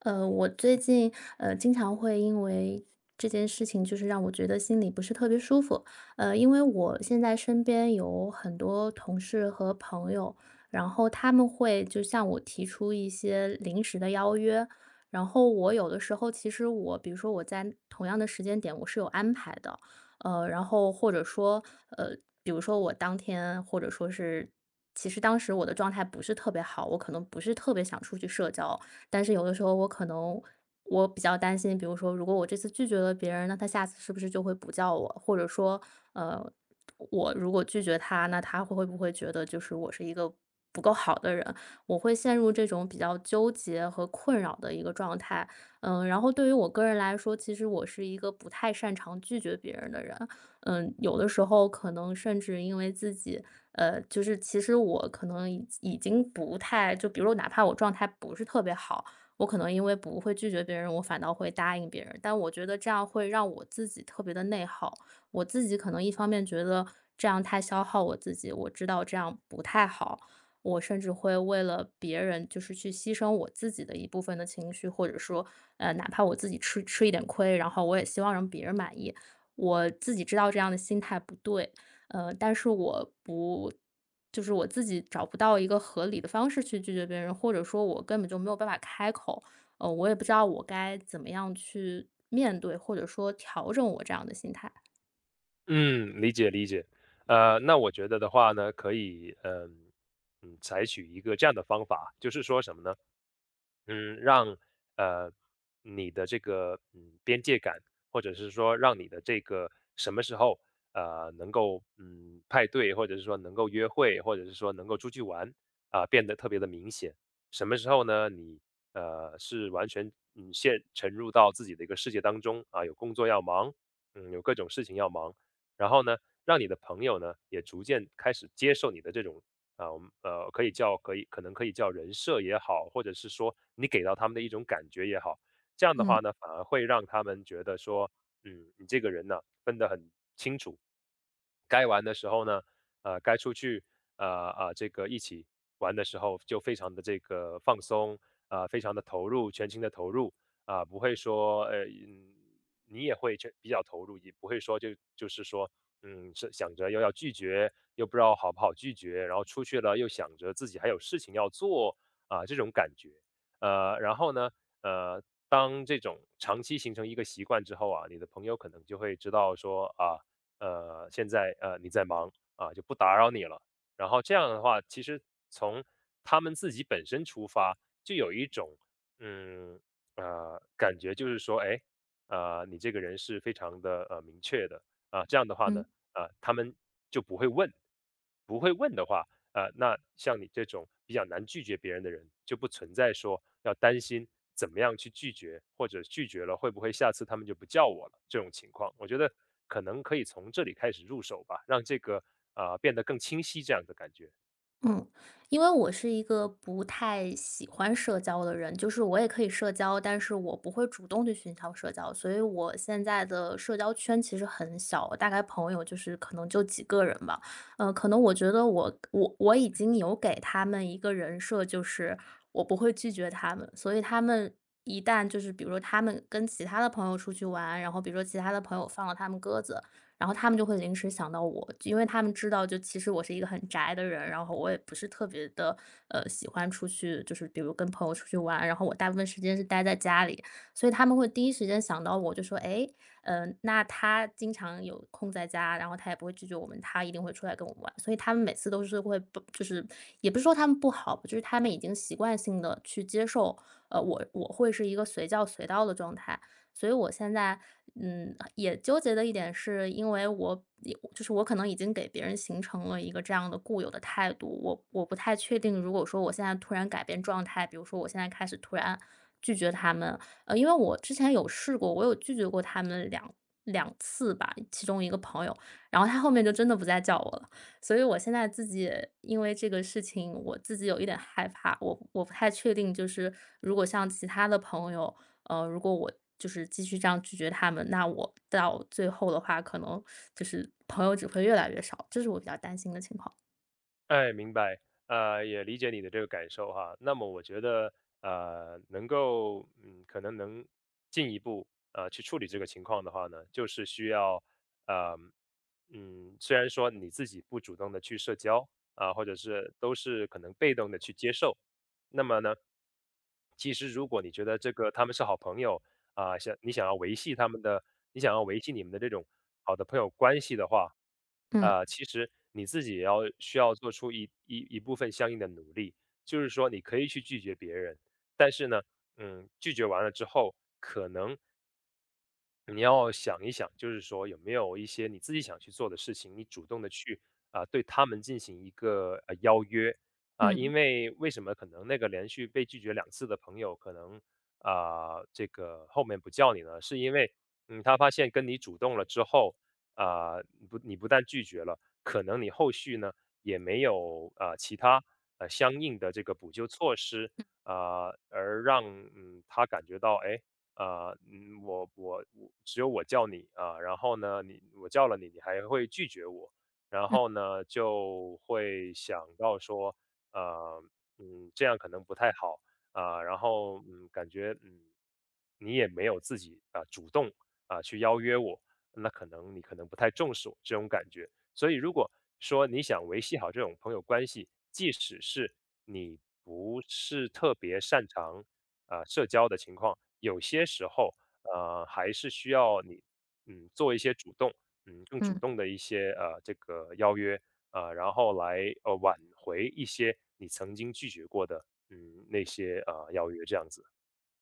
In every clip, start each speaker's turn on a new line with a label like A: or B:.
A: 我最近经常会因为这件事情，就是让我觉得心里不是特别舒服。因为我现在身边有很多同事和朋友，然后他们会就向我提出一些临时的邀约，然后我有的时候其实我，比如说我在同样的时间点我是有安排的，然后或者说呃，比如说我当天或者说是。其实当时我的状态不是特别好，我可能不是特别想出去社交，但是有的时候我可能我比较担心，比如说如果我这次拒绝了别人，那他下次是不是就会不叫我？或者说，呃，我如果拒绝他，那他会不会觉得就是我是一个不够好的人？我会陷入这种比较纠结和困扰的一个状态。嗯，然后对于我个人来说，其实我是一个不太擅长拒绝别人的人。嗯，有的时候可能甚至因为自己，就是其实我可能已经不太就比如哪怕我状态不是特别好，我可能因为不会拒绝别人，我反倒会答应别人。但我觉得这样会让我自己特别的内耗，我自己可能一方面觉得这样太消耗我自己，我知道这样不太好，我甚至会为了别人就是去牺牲我自己的一部分的情绪，或者说，哪怕我自己吃一点亏，然后我也希望让别人满意。我自己知道这样的心态不对，但是我不就是我自己找不到一个合理的方式去拒绝别人，或者说我根本就没有办法开口，我也不知道我该怎么样去面对，或者说调整我这样的心态。
B: 嗯，理解理解。那我觉得的话呢，可以，采取一个这样的方法，就是说什么呢？嗯，让呃你的这个边界感，或者是说让你的这个什么时候能够派对，或者是说能够约会，或者是说能够出去玩啊、变得特别的明显。什么时候呢？你是完全陷沉入到自己的一个世界当中啊，有工作要忙，嗯，有各种事情要忙，然后呢，让你的朋友呢也逐渐开始接受你的这种啊，我们可以叫可以可能可以叫人设也好，或者是说你给到他们的一种感觉也好，这样的
A: 嗯。
B: 话呢，反而会让他们觉得说，嗯，你这个人呢、分得很该玩的时候呢，该出去，这个一起玩的时候就非常的这个放松，非常的投入，全情的投入，啊，不会说，你也会全比较投入，也不会说就是说，嗯，是想着又要拒绝，又不知道好不好拒绝，然后出去了又想着自己还有事情要做，啊，这种感觉。呃，然后呢，呃，当这种长期形成一个习惯之后啊，你的朋友可能就会知道说，现在你在忙啊，就不打扰你了。然后这样的话，其实从他们自己本身出发，就有一种嗯感觉，就是说，哎，你这个人是非常的明确的啊。这样的话呢，
A: 嗯。
B: 啊，他们就不会问，不会问的话，那像你这种比较难拒绝别人的人，就不存在说要担心怎么样去拒绝，或者拒绝了会不会下次他们就不叫我了这种情况。我觉得可能可以从这里开始入手吧，让这个变得更清晰这样的感觉。
A: 嗯，因为我是一个不太喜欢社交的人，就是我也可以社交，但是我不会主动去寻求社交，所以我现在的社交圈其实很小，大概朋友就是可能就几个人吧。可能我觉得我已经有给他们一个人设，就是我不会拒绝他们，所以他们一旦就是比如说他们跟其他的朋友出去玩，然后比如说其他的朋友放了他们鸽子，然后他们就会临时想到我，因为他们知道，就其实我是一个很宅的人，然后我也不是特别的，喜欢出去，就是比如跟朋友出去玩，然后我大部分时间是待在家里，所以他们会第一时间想到我，就说："哎，那他经常有空在家，然后他也不会拒绝我们，他一定会出来跟我们玩。"所以他们每次都是会不就是也不是说他们不好，就是他们已经习惯性的去接受，我会是一个随叫随到的状态。所以我现在，嗯，也纠结的一点是因为我就是我可能已经给别人形成了一个这样的固有的态度，我不太确定，如果说我现在突然改变状态，比如说我现在开始突然拒绝他们，因为我之前有试过，我有拒绝过他们两次吧，其中一个朋友，然后他后面就真的不再叫我了，所以我现在自己因为这个事情，我自己有一点害怕，我不太确定，就是如果像其他的朋友，如果我就是继续这样拒绝他们，那我到最后的话，可能就是朋友只会越来越少，这是我比较担心的情况。
B: 哎，明白，也理解你的这个感受哈。那么我觉得，能够，嗯，可能能进一步，去处理这个情况的话呢，就是需要，呃，虽然说你自己不主动的去社交啊，或者是都是可能被动的去接受，那么呢，其实如果你觉得这个他们是好朋友，啊，想你想要维系他们的你想要维系你们的这种好的朋友关系的话，
A: 嗯。
B: 啊，其实你自己也要需要做出一部分相应的努力。就是说你可以去拒绝别人，但是呢，嗯，拒绝完了之后，可能你要想一想，就是说有没有一些你自己想去做的事情，你主动的去啊、对他们进行一个邀约啊、
A: 嗯。
B: 因为为什么可能那个连续被拒绝两次的朋友，可能啊、这个后面不叫你呢，是因为他发现跟你主动了之后啊、你不但拒绝了，可能你后续呢也没有啊、其他相应的这个补救措施啊、而让他感觉到哎。啊，嗯，我只有我叫你啊，然后呢，你我叫了你，你还会拒绝我，然
A: 嗯。
B: 后呢，就会想到说，呃，这样可能不太好啊，然后嗯，感觉嗯，你也没有自己啊主动啊去邀约我，那可能你可能不太重视我这种感觉，所以如果说你想维系好这种朋友关系，即使是你不是特别擅长。社交的情况，有些时候，还是需要你，嗯，做一些主动，嗯，更主
A: 嗯。
B: 动的一些这个邀约，然后来挽回一些你曾经拒绝过的，嗯，那些邀约这样子。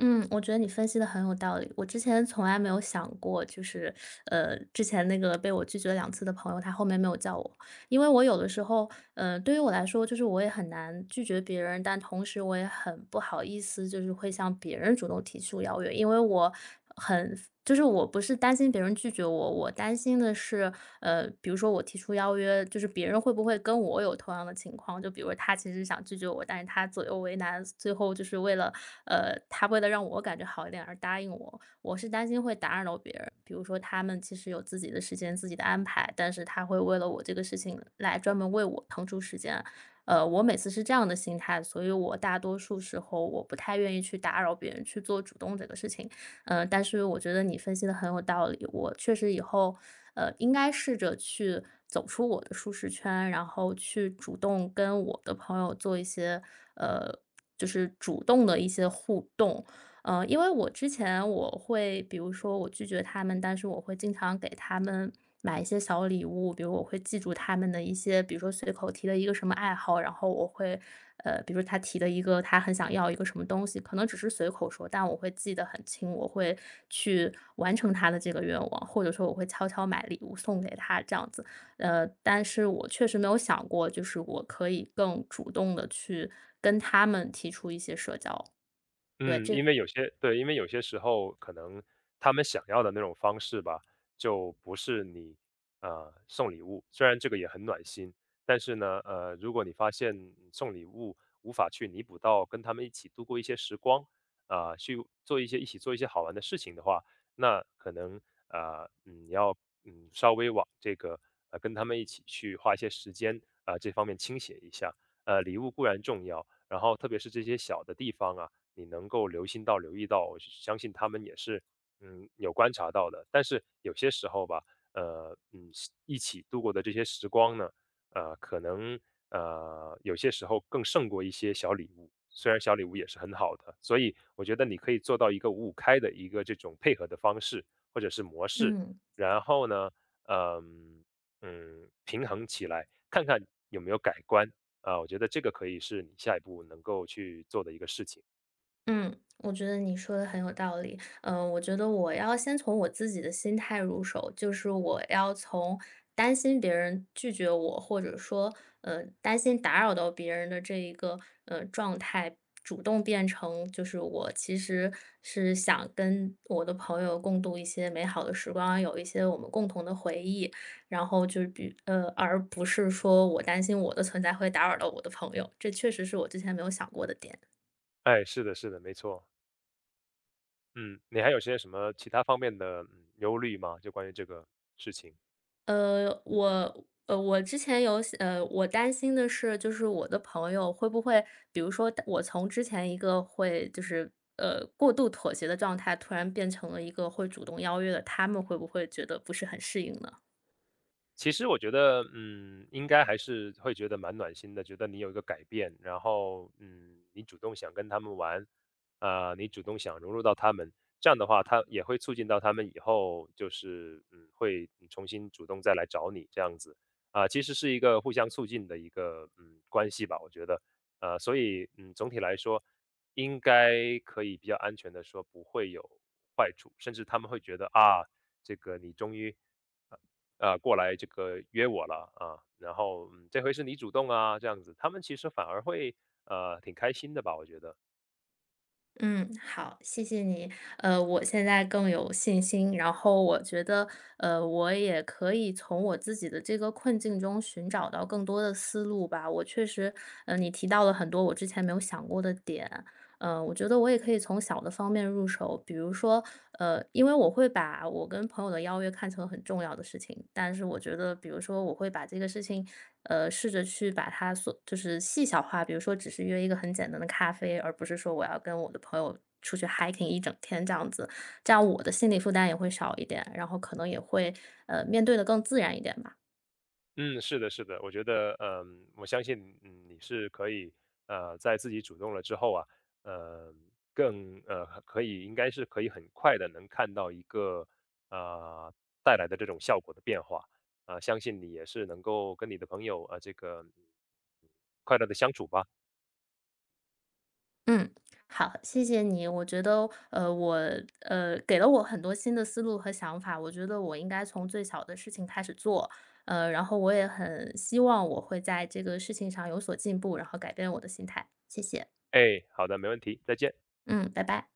A: 嗯，我觉得你分析的很有道理。我之前从来没有想过，就是，之前那个被我拒绝两次的朋友，他后面没有叫我。因为我有的时候，对于我来说，就是我也很难拒绝别人，但同时我也很不好意思，就是会向别人主动提出邀约，因为我很就是我不是担心别人拒绝我，我担心的是比如说我提出邀约，就是别人会不会跟我有同样的情况？就比如他其实想拒绝我，但是他左右为难，最后就是为了，他为了让我感觉好一点而答应我。我是担心会打扰到别人，比如说他们其实有自己的时间、自己的安排，但是他会为了我这个事情来专门为我腾出时间。我每次是这样的心态，所以我大多数时候我不太愿意去打扰别人去做主动这个事情。嗯，但是我觉得你分析的很有道理，我确实以后应该试着去走出我的舒适圈，然后去主动跟我的朋友做一些，呃，就是主动的一些互动。因为我之前我会，比如说我拒绝他们，但是我会经常给他们买一些小礼物，比如我会记住他们的一些，比如说随口提的一个什么爱好，然后我会，比如他提的一个他很想要一个什么东西，可能只是随口说，但我会记得很清，我会去完成他的这个愿望，或者说我会悄悄买礼物送给他这样子。但是我确实没有想过，就是我可以更主动的去跟他们提出一些社交。
B: 嗯，因为有些对，因为有些时候可能他们想要的那种方式吧，就不是你送礼物，虽然这个也很暖心，但是呢，如果你发现送礼物无法去弥补到跟他们一起度过一些时光，啊、去做一些一起做一些好玩的事情的话，那可能你要稍微往这个跟他们一起去花一些时间啊、这方面倾斜一下，礼物固然重要，然后特别是这些小的地方啊。你能够留心到、留意到，我相信他们也是，嗯，有观察到的。但是有些时候吧，呃，嗯，一起度过的这些时光呢，可能有些时候更胜过一些小礼物，虽然小礼物也是很好的。所以我觉得你可以做到一个五五开的一个这种配合的方式或者是模式，
A: 嗯。
B: 然后呢，嗯嗯，平衡起来，看看有没有改观啊，我觉得这个可以是你下一步能够去做的一个事情。
A: 嗯，我觉得你说的很有道理。嗯，我觉得我要先从我自己的心态入手，就是我要从担心别人拒绝我，或者说，担心打扰到别人的这一个状态，主动变成就是我其实是想跟我的朋友共度一些美好的时光，有一些我们共同的回忆，然后就是而不是说我担心我的存在会打扰到我的朋友，这确实是我之前没有想过的点。
B: 哎，是的，是的，没错。嗯，你还有些什么其他方面的忧虑吗？就关于这个事情。
A: 我我之前有想,我担心的是，就是我的朋友会不会，比如说我从之前一个会就是过度妥协的状态，突然变成了一个会主动邀约的，他们会不会觉得不是很适应呢？
B: 其实我觉得，嗯，应该还是会觉得蛮暖心的，觉得你有一个改变，然后，嗯，你主动想跟他们玩，啊、你主动想融入到他们，这样的话，他也会促进到他们以后就是，嗯，会重新主动再来找你这样子，啊、其实是一个互相促进的一个，嗯，关系吧，我觉得，所以，嗯，总体来说，应该可以比较安全的说不会有坏处，甚至他们会觉得啊，这个你终于。啊，过来这个约我了啊，然后嗯，这回是你主动啊，这样子，他们其实反而会挺开心的吧，我觉得。
A: 嗯，好，谢谢你。我现在更有信心，然后我觉得，我也可以从我自己的这个困境中寻找到更多的思路吧。我确实，你提到了很多我之前没有想过的点，我觉得我也可以从小的方面入手，比如说，因为我会把我跟朋友的邀约看成很重要的事情，但是我觉得，比如说，我会把这个事情，试着去把它所就是细小化，比如说，只是约一个很简单的咖啡，而不是说我要跟我的朋友出去 hiking 一整天这样子，这样我的心理负担也会少一点，然后可能也会，面对的更自然一点吧。
B: 嗯，是的，是的，我觉得嗯，我相信你是可以在自己主动了之后啊，呃更呃可以应该是可以很快的能看到一个呃带来的这种效果的变化啊、相信你也是能够跟你的朋友啊、这个嗯快乐的相处吧。
A: 嗯，好，谢谢你。我觉得，我，给了我很多新的思路和想法。我觉得我应该从最小的事情开始做，然后我也很希望我会在这个事情上有所进步，然后改变我的心态。谢谢，
B: 哎，好的，没问题，再见。
A: 嗯，拜拜。